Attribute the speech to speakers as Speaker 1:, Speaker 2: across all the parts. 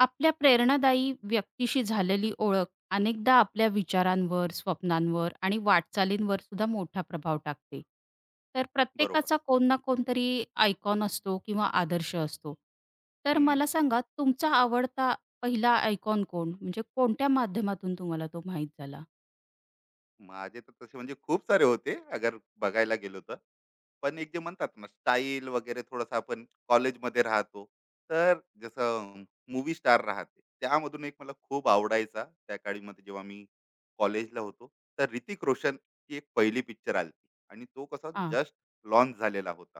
Speaker 1: आपल्या प्रेरणादायी व्यक्तीशी झालेली ओळख अनेकदा आपल्या विचारांवर, स्वप्नांवर आणि वाटचालींवर सुद्धा मोठा प्रभाव टाकते. तर
Speaker 2: बरोबर.
Speaker 1: प्रत्येकाचा कोण ना कोणतरी आयकॉन असतो किंवा आदर्श असतो. तर
Speaker 2: हं.
Speaker 1: मला सांगा, तुमचा आवडता पहिला आयकॉन कोण? म्हणजे कोणत्या माध्यमातून तुम्हाला तो माहीत झाला?
Speaker 2: माझे तर तसे म्हणजे खूप सारे होते अगर बघायला गेलो तर. पण एक जे म्हणतात ना स्टाईल वगैरे थोडंसं आपण कॉलेजमध्ये राहतो. तर जसं मूव्ही स्टार राहते. त्यामधून एक मला खूप आवडायचा त्या काळीमध्ये जेव्हा मी कॉलेजला होतो. तर ऋतिक रोशनची एक पहिली पिक्चर आली होती आणि तो कसा
Speaker 1: हां.
Speaker 2: जस्ट लॉन्च झालेला होता.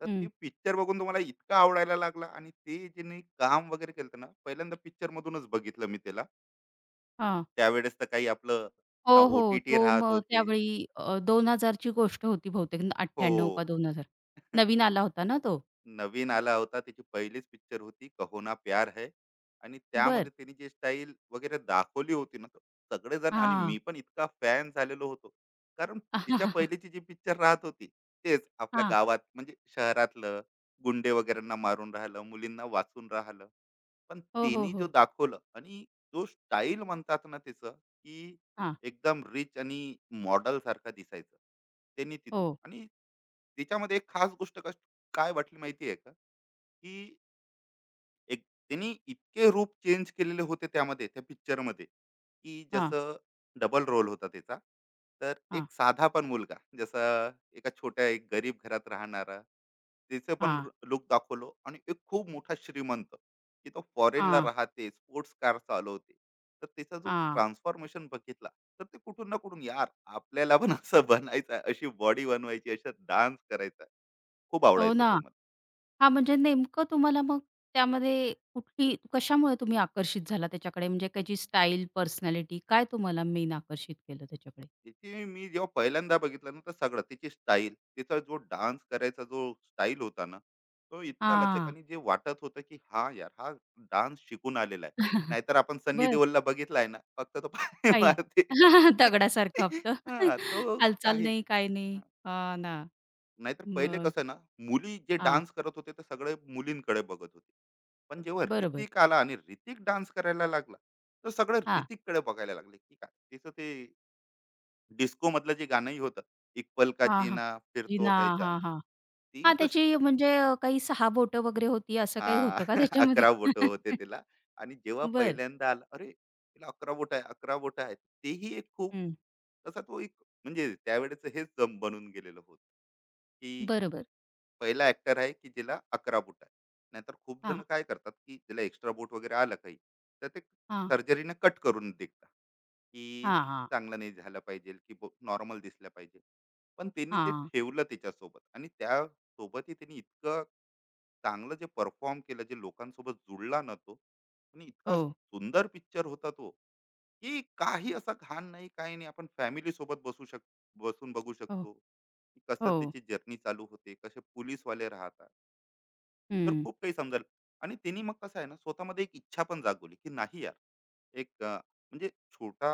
Speaker 2: तर ती
Speaker 1: हं.
Speaker 2: पिक्चर बघून तो इतका आवडायला लागला आणि ते ज्यांनी काम वगैरे केलं ना, पहिल्यांदा पिक्चरमधूनच बघितलं मी त्याला.
Speaker 1: हां.
Speaker 2: त्यावेळेस तर काही आपलं
Speaker 1: हो,
Speaker 2: ना
Speaker 1: हो.
Speaker 2: ओ-टी-टी
Speaker 1: तो
Speaker 2: राहत
Speaker 1: मग
Speaker 2: होते.
Speaker 1: त्यावेळी 2000 ची गोष्ट होती बहुतेक,
Speaker 2: हो.
Speaker 1: 98 का 2000. नवीन आला होता ना तो?
Speaker 2: नवीन आला होता, त्याची पहिलीच पिक्चर होती कहो ना प्यार है आणि
Speaker 1: बरं.
Speaker 2: त्यामध्ये त्यांनी जी स्टाईल वगैरे दाखवली होती ना, तर सगळेजण आणि
Speaker 1: हां.
Speaker 2: मी पण इतका फॅन झालेलो होतो, कारण तिच्या पहिलीची जी पिक्चर राहत होती, तेच आपल्या
Speaker 1: हां.
Speaker 2: गावात म्हणजे शहरातलं गुंडे वगैरेंना मारून राहिलं, मुलींना वाचून राहिलं. पण
Speaker 1: हो, हो,
Speaker 2: त्यांनी जो
Speaker 1: हो.
Speaker 2: दाखवलं आणि जो स्टाईल म्हणतात ना, त्याचं की
Speaker 1: हां.
Speaker 2: एकदम रिच आणि मॉडल सारखा दिसायचं त्यांनी तिथून.
Speaker 1: हो.
Speaker 2: आणि त्याच्यामध्ये एक खास गोष्ट काय वाटली माहिती आहे का? की एक त्यांनी इतके रूप चेंज केलेले होते त्यामध्ये, त्या पिक्चरमध्ये, की
Speaker 1: हां,
Speaker 2: जसं डबल रोल होता त्याचा. तर
Speaker 1: हां,
Speaker 2: एक साधा साधापण मुलगा, जसा एका छोट्या एक गरीब घरात राहणारा, त्याचं पण
Speaker 1: हां,
Speaker 2: लूक दाखवलं आणि एक खूप मोठा श्रीमंत, की तो फॉरेनला
Speaker 1: हां,
Speaker 2: राहते, स्पोर्ट्स कार चालवते. तर त्याचा जो
Speaker 1: हां.
Speaker 2: ट्रान्सफॉर्मेशन बघितला, तर ते कुठून ना कुठून यार आपल्याला पण असं बनायचं, अशी बॉडी बनवायची, असा डान्स करायचा. खूप
Speaker 1: हो
Speaker 2: आवडायचा
Speaker 1: ना.
Speaker 2: तो मला.
Speaker 1: हां, म्हणजे नेमकं तुम्हाला मग त्यामध्ये कुठली कशामुळे तुम्ही आकर्षित झाला त्याच्याकडे? म्हणजे त्याची स्टाईल, पर्सनॅलिटी, काय तुम्हाला मेन आकर्षित केलं त्याच्याकडे?
Speaker 2: त्याची मी जेव्हा पहिल्यांदा बघितलं ना, तर सगळं त्याची स्टाईल, तिचा जो डान्स करायचा जो स्टाईल होता ना, तो इतका लचक
Speaker 1: हां.
Speaker 2: आणि जे वाटत होतं की हा यार हा डान्स शिकून आलेला आहे. नाहीतर आपण सन्नी
Speaker 1: बरं.
Speaker 2: देओलला बघितलाय ना, फक्त तो पाय
Speaker 1: काही.
Speaker 2: मारते.
Speaker 1: दगडासारखं आपलं.
Speaker 2: हा तो
Speaker 1: हालचाल
Speaker 2: काही
Speaker 1: नाही, काही नाही.
Speaker 2: हा.
Speaker 1: हां ना.
Speaker 2: नाहीतर पहिले
Speaker 1: मग
Speaker 2: कसं ना, मुली जे
Speaker 1: हां.
Speaker 2: डान्स करत होते ते सगळे मुलींकडे बघत होते, पण जेव्हा
Speaker 1: बरोबर.
Speaker 2: ऋतिक आला आणि ऋतिक डान्स करायला लागला, तर सगळं
Speaker 1: हां.
Speaker 2: ऋतिककडे बघायला लागले की काय तिचं ते. डिस्को मधलं जे गाणंही होतं, एक पल का
Speaker 1: हां, हां.
Speaker 2: जीना फिर
Speaker 1: रीना.
Speaker 2: तो है
Speaker 1: हां,
Speaker 2: जाना.
Speaker 1: हां.
Speaker 2: ती
Speaker 1: हां,
Speaker 2: तर
Speaker 1: त्याची म्हणजे काही 6 बोटं वगैरे होती, असं काही
Speaker 2: हां,
Speaker 1: होतं का त्याच्यामध्ये?
Speaker 2: 11 बोटं होते तिला. आणि जेव्हा
Speaker 1: बरं.
Speaker 2: पहिल्यांदा आला, अरे, तिला 11 बोटं आहे, 11 बोटं आहेत. तेही एक खूप.
Speaker 1: हं.
Speaker 2: तसा तो एक, म्हणजे त्यावेळेचं हेच जम बनून गेलेलं होतं, की
Speaker 1: बरोबर.
Speaker 2: पहिला ॲक्टर आहे, की जिला 11 बोटं आहे. नाहीतर खूप जण
Speaker 1: हां,
Speaker 2: काय करतात, की तिला एक्स्ट्रा बोट वगैरे आलं काही, तर ते
Speaker 1: हां,
Speaker 2: सर्जरीनं कट करून देतात. की
Speaker 1: हां, हां,
Speaker 2: चांगलं नाही झालं पाहिजे, की नॉर्मल दिसलं पाहिजे. पण त्यांनी ते
Speaker 1: हां.
Speaker 2: ठेवलं त्याच्यासोबत आणि त्यासोबतही त्यांनी इतकं चांगलं जे परफॉर्म केलं, जे लोकांसोबत जुळला ना तो. आणि इतका
Speaker 1: हो,
Speaker 2: सुंदर पिक्चर होता तो, की काही असा घाण नाही, काही नाही. आपण फॅमिली सोबत बसून बघू
Speaker 1: हो,
Speaker 2: शकतो, की कसं
Speaker 1: हो.
Speaker 2: त्याची जर्नी चालू होते, कसे पोलीसवाले राहतात. तर
Speaker 1: हं.
Speaker 2: खूप काही समजाल. आणि त्यांनी मग कसं आहे ना, स्वतःमध्ये एक इच्छा पण जागवली, की नाही यार, एक म्हणजे छोटा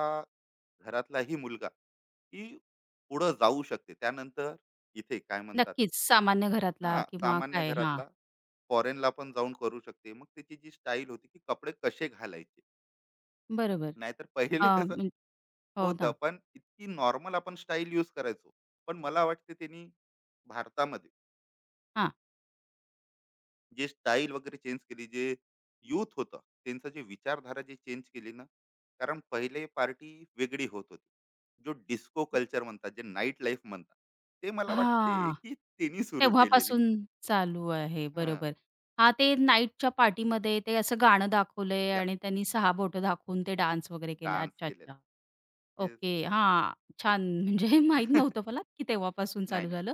Speaker 2: घरातलाही मुलगा की पुढं जाऊ शकते त्यानंतर. इथे काय म्हणतात,
Speaker 1: नक्कीच सामान्य
Speaker 2: हा
Speaker 1: घरातला किंवा
Speaker 2: सामान्य
Speaker 1: काय, हां,
Speaker 2: घरातला फॉरेनला पण जाऊन करू शकते. मग त्याची जी स्टाईल होती, की कपडे कसे घालायचे,
Speaker 1: बरोबर.
Speaker 2: नाहीतर
Speaker 1: अ,
Speaker 2: पहिले कसं
Speaker 1: म्हण हो
Speaker 2: होतं,
Speaker 1: ना.
Speaker 2: पण इतकी नॉर्मल आपण स्टाईल यूज करायचो. पण मला वाटते त्यांनी भारतामध्ये
Speaker 1: हां.
Speaker 2: जे स्टाईल वगैरे चेंज केली, जे यूथ होतं त्यांचा जे विचारधारा जे चेंज केली ना. कारण पहिले पार्टी वेगळी होत होती. जो डिस्को कल्चर म्हणतात, जे नाईट लाईफ म्हणतात, ते मला वाटते
Speaker 1: हां.
Speaker 2: की त्यांनी सुरू केलेली.
Speaker 1: तेव्हापासून चालू आहे.
Speaker 2: हा
Speaker 1: बरोबर. हां, ते नाईटच्या पार्टीमध्ये ते असं गाणं दाखवलंय आणि त्यांनी 6 बोटं दाखवून ते डान्स वगैरे केला.
Speaker 2: डान्स
Speaker 1: अच्छा, अच्छा.
Speaker 2: केलेला. Yes.
Speaker 1: ओके. हां. छान. म्हणजे माहीत नव्हतं मला की तेव्हापासून
Speaker 2: नाही,
Speaker 1: चालू
Speaker 2: नाही.
Speaker 1: झालं.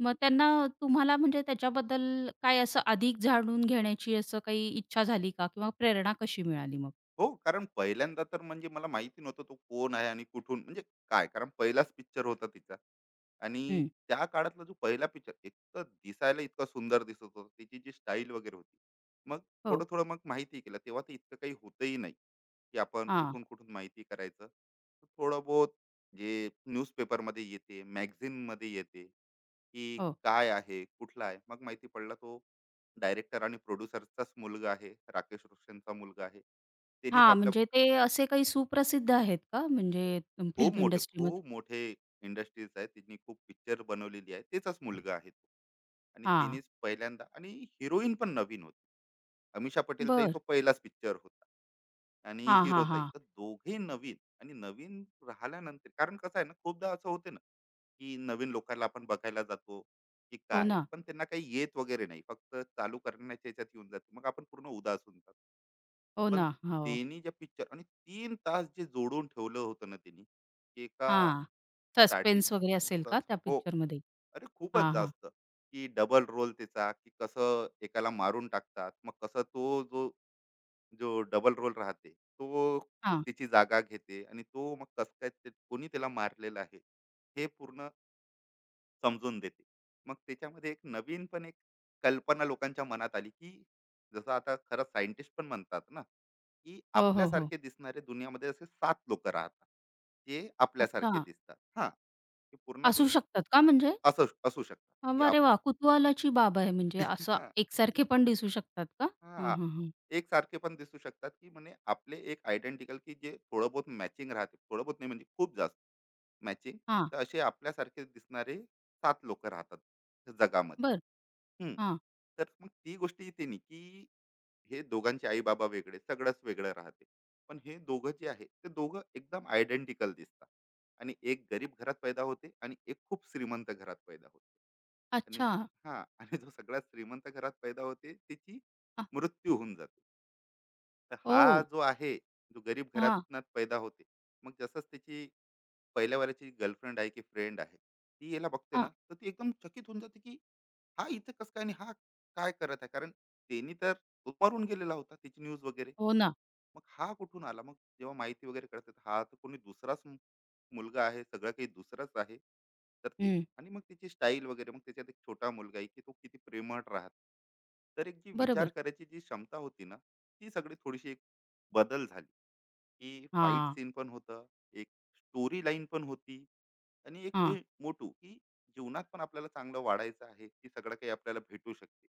Speaker 1: मग त्यांना तुम्हाला म्हणजे त्याच्याबद्दल काय असं अधिक जाणून घेण्याची असं काही इच्छा झाली का? किंवा प्रेरणा कशी मिळाली मग?
Speaker 2: हो, कारण पहिल्यांदा तर म्हणजे मला माहिती नव्हतं तो कोण आहे आणि कुठून, म्हणजे काय, कारण पहिलाच पिक्चर होता तिचा. आणि
Speaker 1: हं.
Speaker 2: त्या काळातला जो पहिला पिक्चर, इतकं दिसायला इतका सुंदर दिसत होता. तिची जी स्टाईल वगैरे होती. मग
Speaker 1: हो.
Speaker 2: थोडं-थोडं मग माहिती केलं. तेव्हा ते इतकं काही होतही नाही, की आपण
Speaker 1: हां.
Speaker 2: कुठून-कुठून माहिती करायचं. तर थोडं बहुत जे न्यूजपेपरमध्ये येते, मॅगझीनमध्ये येते, की
Speaker 1: हो.
Speaker 2: काय आहे, कुठला आहे. मग माहिती पडला, तो डायरेक्टर आणि प्रोड्युसरचाच मुलगा आहे, राकेश रोशनचा मुलगा आहे, त्यांनीच
Speaker 1: हां.
Speaker 2: आपल्या.
Speaker 1: म्हणजे ते असे काही सुप्रसिद्ध आहेत का? म्हणजे
Speaker 2: खूप
Speaker 1: फिल्म
Speaker 2: मोठे,
Speaker 1: इंडस्ट्रीमध्ये?
Speaker 2: खूप मोठे इंडस्ट्रीज आहेत. त्यांनी खूप पिक्चर बनवलेली आहे. त्याचाच मुलगा आहे तो. आणि
Speaker 1: हां.
Speaker 2: त्यानेच पहिल्यांदा, आणि हिरोईन पण नवीन होती. अमीषा पटेलचाही
Speaker 1: बरं.
Speaker 2: तो पहिलाच पिक्चर होता. आणि
Speaker 1: हां, हां,
Speaker 2: हिरोचाही.
Speaker 1: हां.
Speaker 2: तर दोघेही नवीन. आणि नवीन राहिल्यानंतर कारण कसं आहे ना, खूपदा असं होते ना, की नवीन लोकांना आपण बघायला जातो, की
Speaker 1: हो
Speaker 2: काय,
Speaker 1: ना.
Speaker 2: पण त्यांना काही येत वगैरे नाही. फक्त चालू करण्याच्या ह्याच्यात येऊन जाते. मग आपण पूर्ण उदास होऊन जातो.
Speaker 1: हो
Speaker 2: पण
Speaker 1: ना. हो.
Speaker 2: त्यांनी जे पिक्चर आणि 3 तास जे जोडून ठेवलं होतं ना त्यांनी, एका
Speaker 1: हां.
Speaker 2: स्टार्टिंग.
Speaker 1: सस्पेन्स वगैरे असेल का त्या
Speaker 2: हो.
Speaker 1: पिक्चरमध्ये?
Speaker 2: अरे खूपच
Speaker 1: हां, हां.
Speaker 2: जास्त, की डबल रोल त्याचा, की कसं एकाला मारून टाकतात, मग कसं तो जो जो डबल रोल राहते तो
Speaker 1: हां.
Speaker 2: तिची जागा घेते. आणि तो मग कसं काय कोणी त्याला मारलेला आहे, हे पूर्ण समजून देते. मग त्याच्यामध्ये एक नवीन पण एक कल्पना लोकांच्या मनात आली, की जसं आता खरं सायंटिस्ट पण म्हणतात ना, की
Speaker 1: हो, हो, हो.
Speaker 2: आपल्यासारखे दिसणारे दुनियामध्ये असे सात लोक राहतात. ते आपल्यासारखे
Speaker 1: अच्छा.
Speaker 2: दिसतात हा. की पूर्ण
Speaker 1: असू
Speaker 2: दुनिया
Speaker 1: शकतात का म्हणजे?
Speaker 2: असं असू शकतात की आप.
Speaker 1: अरे वाह! कुतूहलाची बाब आहे, म्हणजे असं
Speaker 2: हां,
Speaker 1: एकसारखे पण दिसू शकतात का? हं,
Speaker 2: हां.
Speaker 1: हं, हं.
Speaker 2: एकसारखे पण दिसू शकतात की म्हणे आपले एक आयडेंटिकल, की जे थोडं बहुत मॅचिंग राहते, थोडं बहुत नाही म्हणजे खूप जास्त मॅचिंग.
Speaker 1: हां,
Speaker 2: तर असे आपल्यासारखे दिसणारे सात लोक राहतात
Speaker 1: बरं.
Speaker 2: जगामध्ये. हम्म.
Speaker 1: हां.
Speaker 2: तर मग ती गोष्ट येते नाही, की हे दोघांचे आई बाबा वेगळे, सगळंच वेगळं राहते. पण हे दोघं जे आहे, ते दोघं एकदम आयडेंटिकल दिसतात. आणि एक गरीब घरात पैदा होते आणि एक खूप श्रीमंत घरात पैदा होते. आणि
Speaker 1: अच्छा.
Speaker 2: हा, आणि जो सगळ्यात श्रीमंत घरात पैदा होते त्याची
Speaker 1: आ,
Speaker 2: मृत्यू होऊन जाते. तर
Speaker 1: ओह!
Speaker 2: हा जो आहे, जो गरीब
Speaker 1: हां,
Speaker 2: घरातनं पैदा होते, मग जसंच त्याची पहिल्या वेळेची गर्लफ्रेंड आहे की फ्रेंड आहे, ती याला बघते ना
Speaker 1: हां.
Speaker 2: तर ती एकदम चकित होऊन जाते, की हा इथं कसं काय आणि हा काय करत आहे, कारण त्यांनी तर उमारून गेलेला होता, त्याची न्यूज वगैरे.
Speaker 1: हो ना.
Speaker 2: मग हा कुठून आला? मग जेव्हा माहिती वगैरे कळते तर हा तर कोणी दुसराच मुलगा आहे, सगळं काही दुसराच आहे. तर ते.
Speaker 1: हं.
Speaker 2: आणि मग त्याची स्टाईल वगैरे, मग त्याच्यात एक छोटा मुलगा आहे की तो किती प्रेमळ राहत. तर एक जी विचार
Speaker 1: बरोबर.
Speaker 2: करायची जी क्षमता होती ना, ती सगळी थोडीशी एक बदल झाली. की फाईट
Speaker 1: हां,
Speaker 2: सीन पण होतं, एक स्टोरी लाईन पण होती, आणि एक
Speaker 1: हां,
Speaker 2: जे मोटू, की जीवनात पण आपल्याला चांगलं वाढायचं आहे, की सगळं काही आपल्याला भेटू शकते.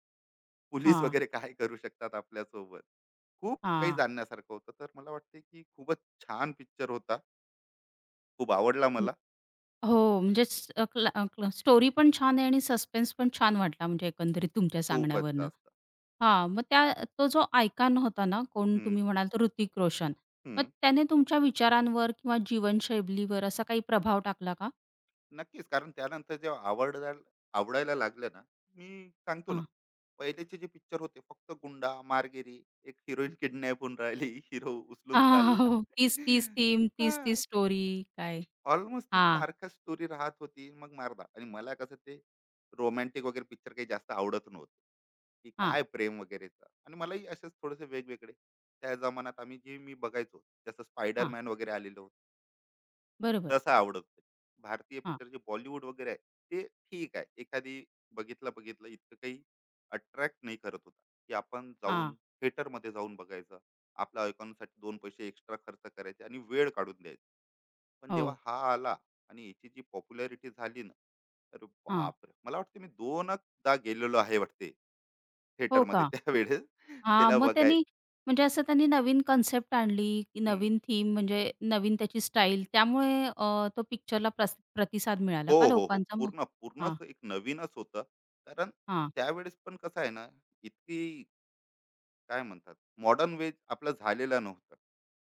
Speaker 2: पोलीस
Speaker 1: हां,
Speaker 2: वगैरे काय करू शकतात आपल्यासोबत. खूप काही
Speaker 1: हां.
Speaker 2: जाणण्यासारखं होतं. तर मला वाटते, की खूपच छान पिक्चर होता. खूप आवडला
Speaker 1: हं.
Speaker 2: मला.
Speaker 1: हो, म्हणजे स अ, क्ला अ, क्ला स्टोरी पण छान आहे आणि सस्पेन्स पण छान वाटला, म्हणजे एकंदरीत तुमच्या
Speaker 2: खूपच
Speaker 1: सांगण्यावरनं.
Speaker 2: जास्त.
Speaker 1: हां, मग त्या तो जो आयकॉन होता ना, कोण
Speaker 2: हं,
Speaker 1: तुम्ही म्हणाल तर ऋतिक रोशन. मग
Speaker 2: हं.
Speaker 1: त्याने तुमच्या विचारांवर किंवा जीवनशैलीवर असा काही प्रभाव टाकला का?
Speaker 2: नक्कीच. कारण त्यानंतर जेव्हा आवडायला आवडायला लागलं ना, मी सांगतो ना, पहिलेचे जे पिक्चर होते, फक्त गुंडा, मारगिरी, एक हिरोईन किडनॅप होऊन राहिली, हिरो उचलून
Speaker 1: हां, हो.
Speaker 2: चालला.
Speaker 1: तीच-तीच थीम, तीच-तीच
Speaker 2: हां,
Speaker 1: स्टोरी. काय
Speaker 2: ऑलमोस्ट ती
Speaker 1: हां,
Speaker 2: सारखा स्टोरी राहत होती. मग मारदा आणि मला कसं ते रोमॅन्टिक वगैरे पिक्चर काही जास्त आवडत नव्हते, की
Speaker 1: हां,
Speaker 2: काय प्रेम वगैरेचं, आणि मलाही असेच थोडेसे वेगवेगळे. त्या जमान्यात आम्ही जे मी बघायचो, जसं
Speaker 1: हां.
Speaker 2: स्पायडरमॅन वगैरे आलेलं,
Speaker 1: बरोबर.
Speaker 2: तसा आवडत नाही. भारतीय
Speaker 1: हां,
Speaker 2: पिक्चर जे बॉलिवूड वगैरे आहे, ते ठीक आहे, एखादी बघितलं बघितलं, इतकं काही अट्रॅक्ट नाही करत होता, की आपण जाऊन
Speaker 1: हां.
Speaker 2: थिएटरमध्ये जाऊन बघायचं, आपल्या ऐकॉनसाठी दोन पैसे एक्स्ट्रा खर्च करायचे आणि वेळ काढून द्यायचा. पण जेव्हा
Speaker 1: हो,
Speaker 2: हा आला आणि याची जी पॉप्युलॅरिटी झाली ना, तर
Speaker 1: हां.
Speaker 2: बापरे, मला वाटते मी दोनदा गेलेलो आहे वाटते
Speaker 1: हो
Speaker 2: थिएटरमध्ये
Speaker 1: का?
Speaker 2: त्यावेळेस
Speaker 1: हां,
Speaker 2: त्याला
Speaker 1: मग त्यांनी
Speaker 2: बघायला.
Speaker 1: म्हणजे असं त्यांनी नवीन कन्सेप्ट आणली, की नवीन थीम, म्हणजे नवीन त्याची स्टाईल, त्यामुळे तो पिक्चरला प्रतिसाद मिळाला
Speaker 2: हो,
Speaker 1: का
Speaker 2: हो, हो.
Speaker 1: लोकांचा मग?
Speaker 2: पूर्ण,
Speaker 1: हां,
Speaker 2: पूर्णच एक नवीनच होतं. कारण
Speaker 1: हां.
Speaker 2: त्यावेळेस पण कसं आहे ना, इतकी काय म्हणतात, मॉडर्न वेज आपलं झालेला नव्हता.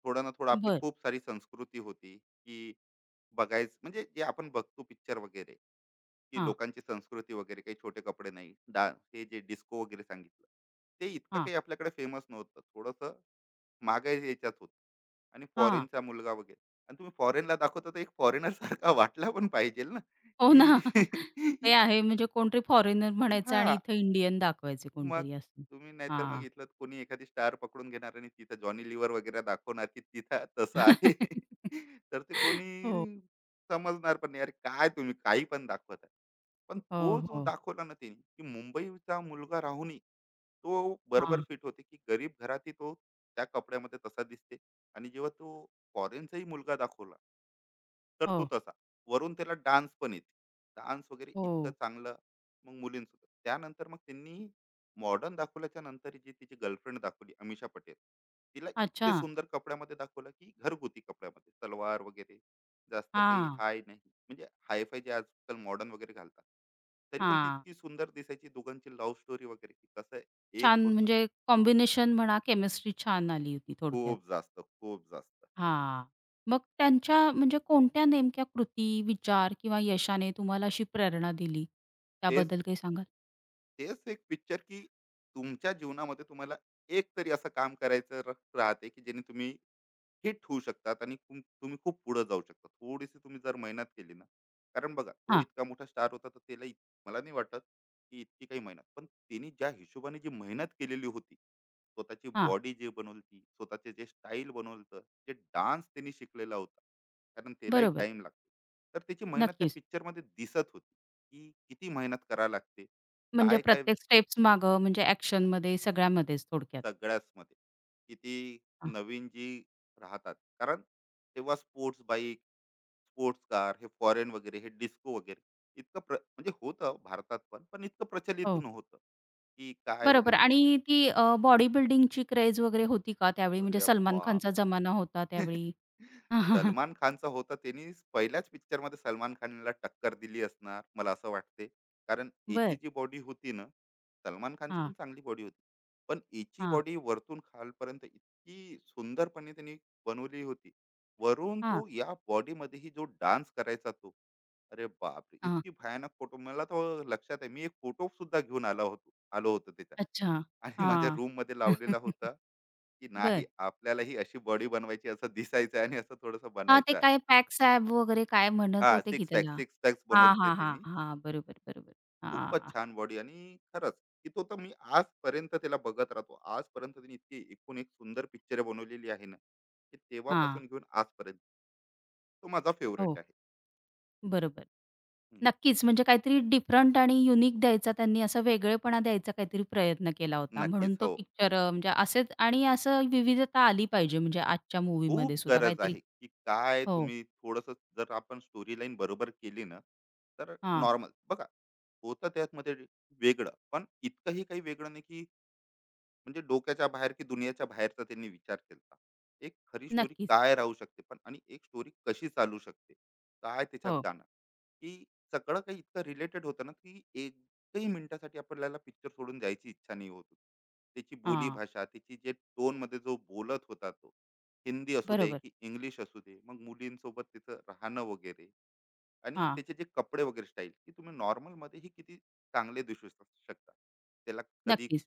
Speaker 2: थोडं ना थोडं आपली
Speaker 1: बरं.
Speaker 2: खूप सारी संस्कृती होती, की बघायचं म्हणजे जे आपण बघतो पिक्चर वगैरे, की
Speaker 1: हां,
Speaker 2: लोकांची संस्कृती वगैरे, काही छोटे कपडे नाही, डान्स, हे जे डिस्को वगैरे सांगितलं, ते इतकं
Speaker 1: हां,
Speaker 2: काही आपल्याकडे फेमस नव्हतं. थोडंसं मागे याच्यात होत. आणि
Speaker 1: हां.
Speaker 2: फॉरेनचा मुलगा वगैरे, आणि तुम्ही फॉरेनला दाखवता तर एक फॉरेनर सारखा वाटला पण पाहिजे ना
Speaker 1: हो
Speaker 2: की.
Speaker 1: ना. ते आहे, म्हणजे कोणतरी फॉरेनर म्हणायचं
Speaker 2: हा.
Speaker 1: आणि इथं इंडियन दाखवायचे
Speaker 2: मग
Speaker 1: कोणतरी असं.
Speaker 2: तुम्ही नाहीतर मग
Speaker 1: हां.
Speaker 2: इथलं कोणी एखादी स्टार पकडून घेणार आणि तिथं जॉनी लिव्हर वगैरे दाखवणार, की तिथं तसं आहे. तर ते
Speaker 1: हो,
Speaker 2: कोणी समजणार पण नाही, अरे काय तुम्ही काही पण दाखवत आहे. पण
Speaker 1: हो,
Speaker 2: तो जो
Speaker 1: हो.
Speaker 2: दाखवला ना त्यांनी, की मुंबईचा मुलगा राहूनही तो बरोबर
Speaker 1: हां.
Speaker 2: फिट होते, की गरीब घरातही तो त्या कपड्यामध्ये तसा दिसते. आणि जेव्हा तो फॉरेनचाही मुलगा दाखवला, तर तो
Speaker 1: हो,
Speaker 2: तसा वरून त्याला डान्स पण येते, डान्स वगैरे इतकं
Speaker 1: हो.
Speaker 2: चांगलं. मग मुलींसोबत त्यानंतर मग त्यांनी मॉडर्न दाखवल्याच्या नंतर जी तिची गर्लफ्रेंड दाखवली अमिषा पटेल, तिला
Speaker 1: अच्छा.
Speaker 2: इतके सुंदर कपड्यामध्ये दाखवलं, की घरगुती कपड्यामध्ये सलवार वगैरे, जास्त काही
Speaker 1: हां,
Speaker 2: हाय नाही, म्हणजे हायफाय जे आजकाल मॉडर्न वगैरे घालतात, तरी पण ती
Speaker 1: हां.
Speaker 2: इतकी सुंदर दिसायची, दोघांची लव्ह स्टोरी वगैरे की कसं एक
Speaker 1: छान,
Speaker 2: होता.
Speaker 1: म्हणजे कॉम्बिनेशन म्हणा, केमिस्ट्री छान आली होती थोडक्यात.
Speaker 2: खूप जास्त, खूप जास्त.
Speaker 1: हां. मग त्यांच्या म्हणजे कोणत्या नेमक्या कृती, विचार किंवा यशाने तुम्हाला अशी प्रेरणा दिली?
Speaker 2: तेच,
Speaker 1: त्याबद्दल काही सांगाल?
Speaker 2: तेच एक पिक्चर, की तुमच्या जीवनामध्ये तुम्हाला एक तरी असं काम करायचं राहते, की जेणे तुम्ही हिट होऊ शकतात आणि तुम्ही खूप पुढे जाऊ शकता थोडीशी तुम्ही जर मेहनत केली ना. कारण बघा, तो
Speaker 1: हां,
Speaker 2: इतका मोठा स्टार होता, तर त्याला मला नाही वाटत की इतकी काही मेहनत, पण त्यांनी ज्या हिशोबाने जी मेहनत केलेली होती, स्वतःची
Speaker 1: हां.
Speaker 2: बॉडी जे बनवली, स्वतःचे जे स्टाईल बनवलं, जे डान्स त्यांनी शिकलेला होता, कारण त्यालाही
Speaker 1: बरोबर.
Speaker 2: टाइम लागतो. तर त्याची मेहनत त्या
Speaker 1: नक्कीच.
Speaker 2: पिक्चरमध्ये दिसत होती, की किती मेहनत करावी लागते.
Speaker 1: म्हणजे
Speaker 2: काय काय
Speaker 1: प्रत्येक स्टेप्स मागं, म्हणजे ॲक्शनमध्ये सगळ्यामध्येच थोडक्यात.
Speaker 2: सगळ्याच मध्ये किती
Speaker 1: हां.
Speaker 2: नवीन जी राहतात, कारण तेव्हा स्पोर्ट्स बाईक, स्पोर्ट्स कार, हे फॉरेन वगैरे, हे डिस्को वगैरे, इतकं प्र म्हणजे होतं भारतात, पण पण इतकं प्रचलित
Speaker 1: हो.
Speaker 2: नव्हतं की काय
Speaker 1: बरोबर.
Speaker 2: वगैरे.
Speaker 1: आणि ती बॉडी बिल्डिंगची क्रेज वगैरे होती का त्यावेळी? म्हणजे
Speaker 2: अरे
Speaker 1: सलमान
Speaker 2: बाप.
Speaker 1: खानचा जमाना होता त्यावेळी?
Speaker 2: सलमान खानचा होता. त्यांनी पहिल्याच picture मध्ये सलमान खानला टक्कर दिली असणार मला असं वाटते, कारण याची
Speaker 1: बरं.
Speaker 2: जी बॉडी होती ना, सलमान खानची
Speaker 1: हां.
Speaker 2: पण चांगली बॉडी होती, पण याची
Speaker 1: हां,
Speaker 2: बॉडी वरतून खालपर्यंत इतकी सुंदरपणे त्यांनी बनवली होती. वरून
Speaker 1: हां,
Speaker 2: तो या बॉडीमध्येही जो डान्स करायचा तो, अरे बापरे,
Speaker 1: हां.
Speaker 2: इतकी भयानक फोटो मला. तो लक्षात आहे, मी एक फोटो सुद्धा घेऊन आला होतो, आलो होतो त्याच्या,
Speaker 1: अच्छा.
Speaker 2: आणि माझ्या
Speaker 1: हां.
Speaker 2: रूम मध्ये लावलेला होता, की नाही
Speaker 1: बरं.
Speaker 2: आपल्यालाही अशी बॉडी बनवायची, असं दिसायचं आहे आणि असं थोडंसं
Speaker 1: हां, ते
Speaker 2: बनायचं आहे.
Speaker 1: काय पॅक्स ॲप वगैरे काय म्हणत
Speaker 2: हां,
Speaker 1: होते की
Speaker 2: सिक्स पॅक,
Speaker 1: त्याला?
Speaker 2: सिक्स पॅक्स
Speaker 1: हां,
Speaker 2: बनवले ते
Speaker 1: हां, हां,
Speaker 2: त्यांनी.
Speaker 1: हां. बरोबर, बरोबर.
Speaker 2: खूपच
Speaker 1: हां,
Speaker 2: छान बॉडी, आणि खरंच की तो तर मी आजपर्यंत त्याला बघत राहतो. आजपर्यंत त्यांनी इतकी एकूण एक सुंदर पिक्चर बनवलेली आहे ना, की
Speaker 1: हां.
Speaker 2: तेव्हापासून घेऊन आजपर्यंत तो माझा फेव्हरेट
Speaker 1: हो,
Speaker 2: आहे.
Speaker 1: बरोबर.
Speaker 2: हं,
Speaker 1: नक्कीच, म्हणजे काहीतरी डिफरंट आणि युनिक द्यायचा, त्यांनी असा वेगळेपणा द्यायचा काहीतरी प्रयत्न केला होता. म्हणून
Speaker 2: नक्कीच.
Speaker 1: तो
Speaker 2: हो,
Speaker 1: पिक्चर म्हणजे असेच, आणि असं विविधता आली पाहिजे म्हणजे आजच्या मूव्हीमध्ये
Speaker 2: खूप
Speaker 1: सुद्धा
Speaker 2: गरज
Speaker 1: काहीतरी.
Speaker 2: आहे, की काय
Speaker 1: हो.
Speaker 2: तुम्ही थोडंसं जर आपण स्टोरी लाईन बरोबर केली ना, तर
Speaker 1: हां,
Speaker 2: नॉर्मल बघा, होतं त्यातमध्ये वेगळं, पण इतकंही काही वेगळं नाही, म्हणजे डोक्याच्या बाहेर की दुनियाच्या बाहेरचा त्यांनी विचार केला. एक खरी स्टोरी
Speaker 1: नक्कीच.
Speaker 2: काय राहू शकते पण, आणि एक स्टोरी कशी चालू शकते, काय त्याच्यात
Speaker 1: हो.
Speaker 2: गाणं, की सगळं काही इतकं रिलेटेड होतं ना, की एकही मिनिटासाठी आपल्याला पिक्चर सोडून जायची इच्छा नाही होत होती. त्याची बोली
Speaker 1: हां,
Speaker 2: भाषा, त्याची जे टोन मध्ये जो बोलत होता तो, हिंदी असू दे
Speaker 1: बरोबर.
Speaker 2: की इंग्लिश असू दे, मग मुलींसोबत तिचं राहणं वगैरे, आणि
Speaker 1: हां,
Speaker 2: त्याचे जे कपडे वगैरे स्टाईल, की तुम्ही नॉर्मल मध्ये ही किती चांगले दिसू शकता. त्याला कधी
Speaker 1: नक्कीच.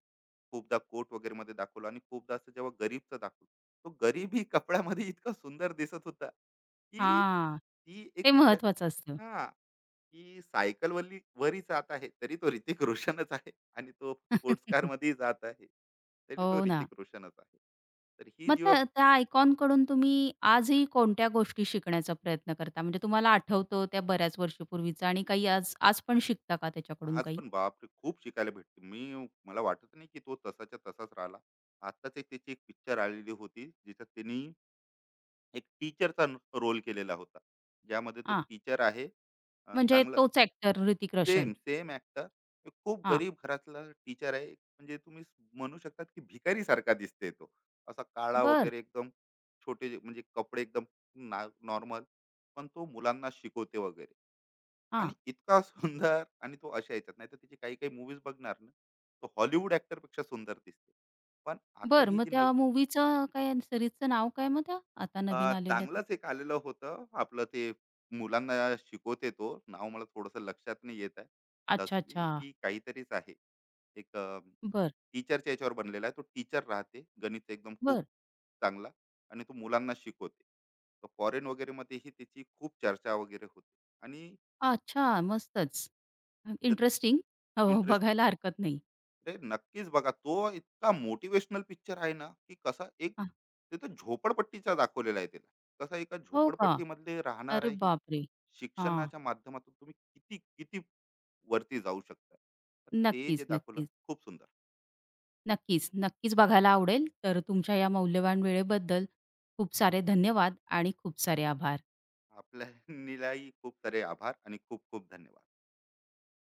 Speaker 2: खूपदा कोट वगैरे मध्ये दाखवलं, आणि खूपदा असं जेव्हा गरीबचं दाखवलं, तो गरीब ही कपड्यामध्ये इतका सुंदर दिसत होता, की
Speaker 1: हां,
Speaker 2: ती एक
Speaker 1: ते
Speaker 2: विचार
Speaker 1: महत्वाचं असतं.
Speaker 2: हा, की सायकल वरली वरही जात आहे तरी तो ऋतिक रोशनच आहे, आणि तो स्पोर्ट्स कार मध्येही जात आहे तरी तो
Speaker 1: हो ना.
Speaker 2: ऋतिक रोशनच आहे. तर ही
Speaker 1: मग
Speaker 2: जेव्हा.
Speaker 1: त्या त्या कड़ून तुम्ही आजही कोणत्या गोष्टी शिकण्याचा प्रयत्न करता? म्हणजे तुम्हाला आठवतो त्या बऱ्याच वर्षापूर्वीचा, आणि काही आज आज पण शिकता का त्याच्याकडून
Speaker 2: आज
Speaker 1: काही?
Speaker 2: पण बापरे, खूप शिकायला भेटते. मी मला वाटत नाही की तो तसाच्या तसाच राहिला. आताच एक त्याची एक पिक्चर आलेली होती, ज्याच्यात त्यांनी एक टीचरचा रोल केलेला होता, ज्यामध्ये तो
Speaker 1: हां,
Speaker 2: टीचर आहे. अं,
Speaker 1: म्हणजे
Speaker 2: चांगला.
Speaker 1: तोच actor Hrithik Roshan.
Speaker 2: Same same actor. खूप
Speaker 1: हां,
Speaker 2: गरीब घरातला टीचर आहे, म्हणजे तुम्ही म्हणू शकतात की भिकारी सारखा दिसते तो, असा काळा
Speaker 1: बर,
Speaker 2: वगैरे एकदम, छोटे म्हणजे कपडे एकदम नॉर्मल, पण तो मुलांना शिकवते वगैरे,
Speaker 1: हां,
Speaker 2: आणि इतका सुंदर. आणि तो अशा याच्यात नाही, तर त्याची काही काही मूवीज बघणार ना, तो हॉलिवूड ऍक्टर पेक्षा सुंदर दिसते. पण आता
Speaker 1: बरं.
Speaker 2: ही
Speaker 1: मग
Speaker 2: जी
Speaker 1: त्या
Speaker 2: नवी,
Speaker 1: मूव्हीचं काय, सीरीजचं नाव काय मग त्या आता नवीन
Speaker 2: अं,
Speaker 1: आलेल्या? त्या?
Speaker 2: चांगलंच एक आलेलं होतं आपलं ते, मुलांना शिकवते, तो नाव मला थोडस लक्षात नाही येत आहे.
Speaker 1: अच्छा,
Speaker 2: दसवी
Speaker 1: अच्छा.
Speaker 2: की काहीतरीच आहे एक.
Speaker 1: बरं,
Speaker 2: टीचरच्या याच्यावर बनलेला आहे, तो टीचर राहते गणित एकदम खूप
Speaker 1: बरं.
Speaker 2: चांगला, आणि तो मुलांना शिकवते. तर फॉरेन वगैरे मध्येही त्याची खूप चर्चा वगैरे होते. आणि
Speaker 1: अच्छा, मस्तच. इंटरेस्टिंग. हो,
Speaker 2: इंटरेस्ट,
Speaker 1: बघायला हरकत नाही.
Speaker 2: ते नक्कीच बघा, तो इतका मोटिवेशनल पिक्चर आहे ना, की कसा एक
Speaker 1: हां,
Speaker 2: तिथं झोपडपट्टीचा दाखवलेला आहे, त्याला कसा एका
Speaker 1: हो का?
Speaker 2: झोपडपट्टीमधले राहणार
Speaker 1: अरे
Speaker 2: आहे, ही
Speaker 1: बापरे! हां,
Speaker 2: शिक्षणाच्या माध्यमातून तुम्ही किती किती वरती जाऊ शकता, तर ते जे
Speaker 1: नक्कीच,
Speaker 2: दाखवलं
Speaker 1: नक्कीच.
Speaker 2: खूप सुंदर.
Speaker 1: नक्कीच, नक्कीच बघायला आवडेल. तर तुमच्या या मौल्यवान वेळेबद्दल खूप सारे धन्यवाद आणि खूप सारे आभार.
Speaker 2: आपल्यालाही खूप सारे आभार आणि खूप खूप धन्यवाद.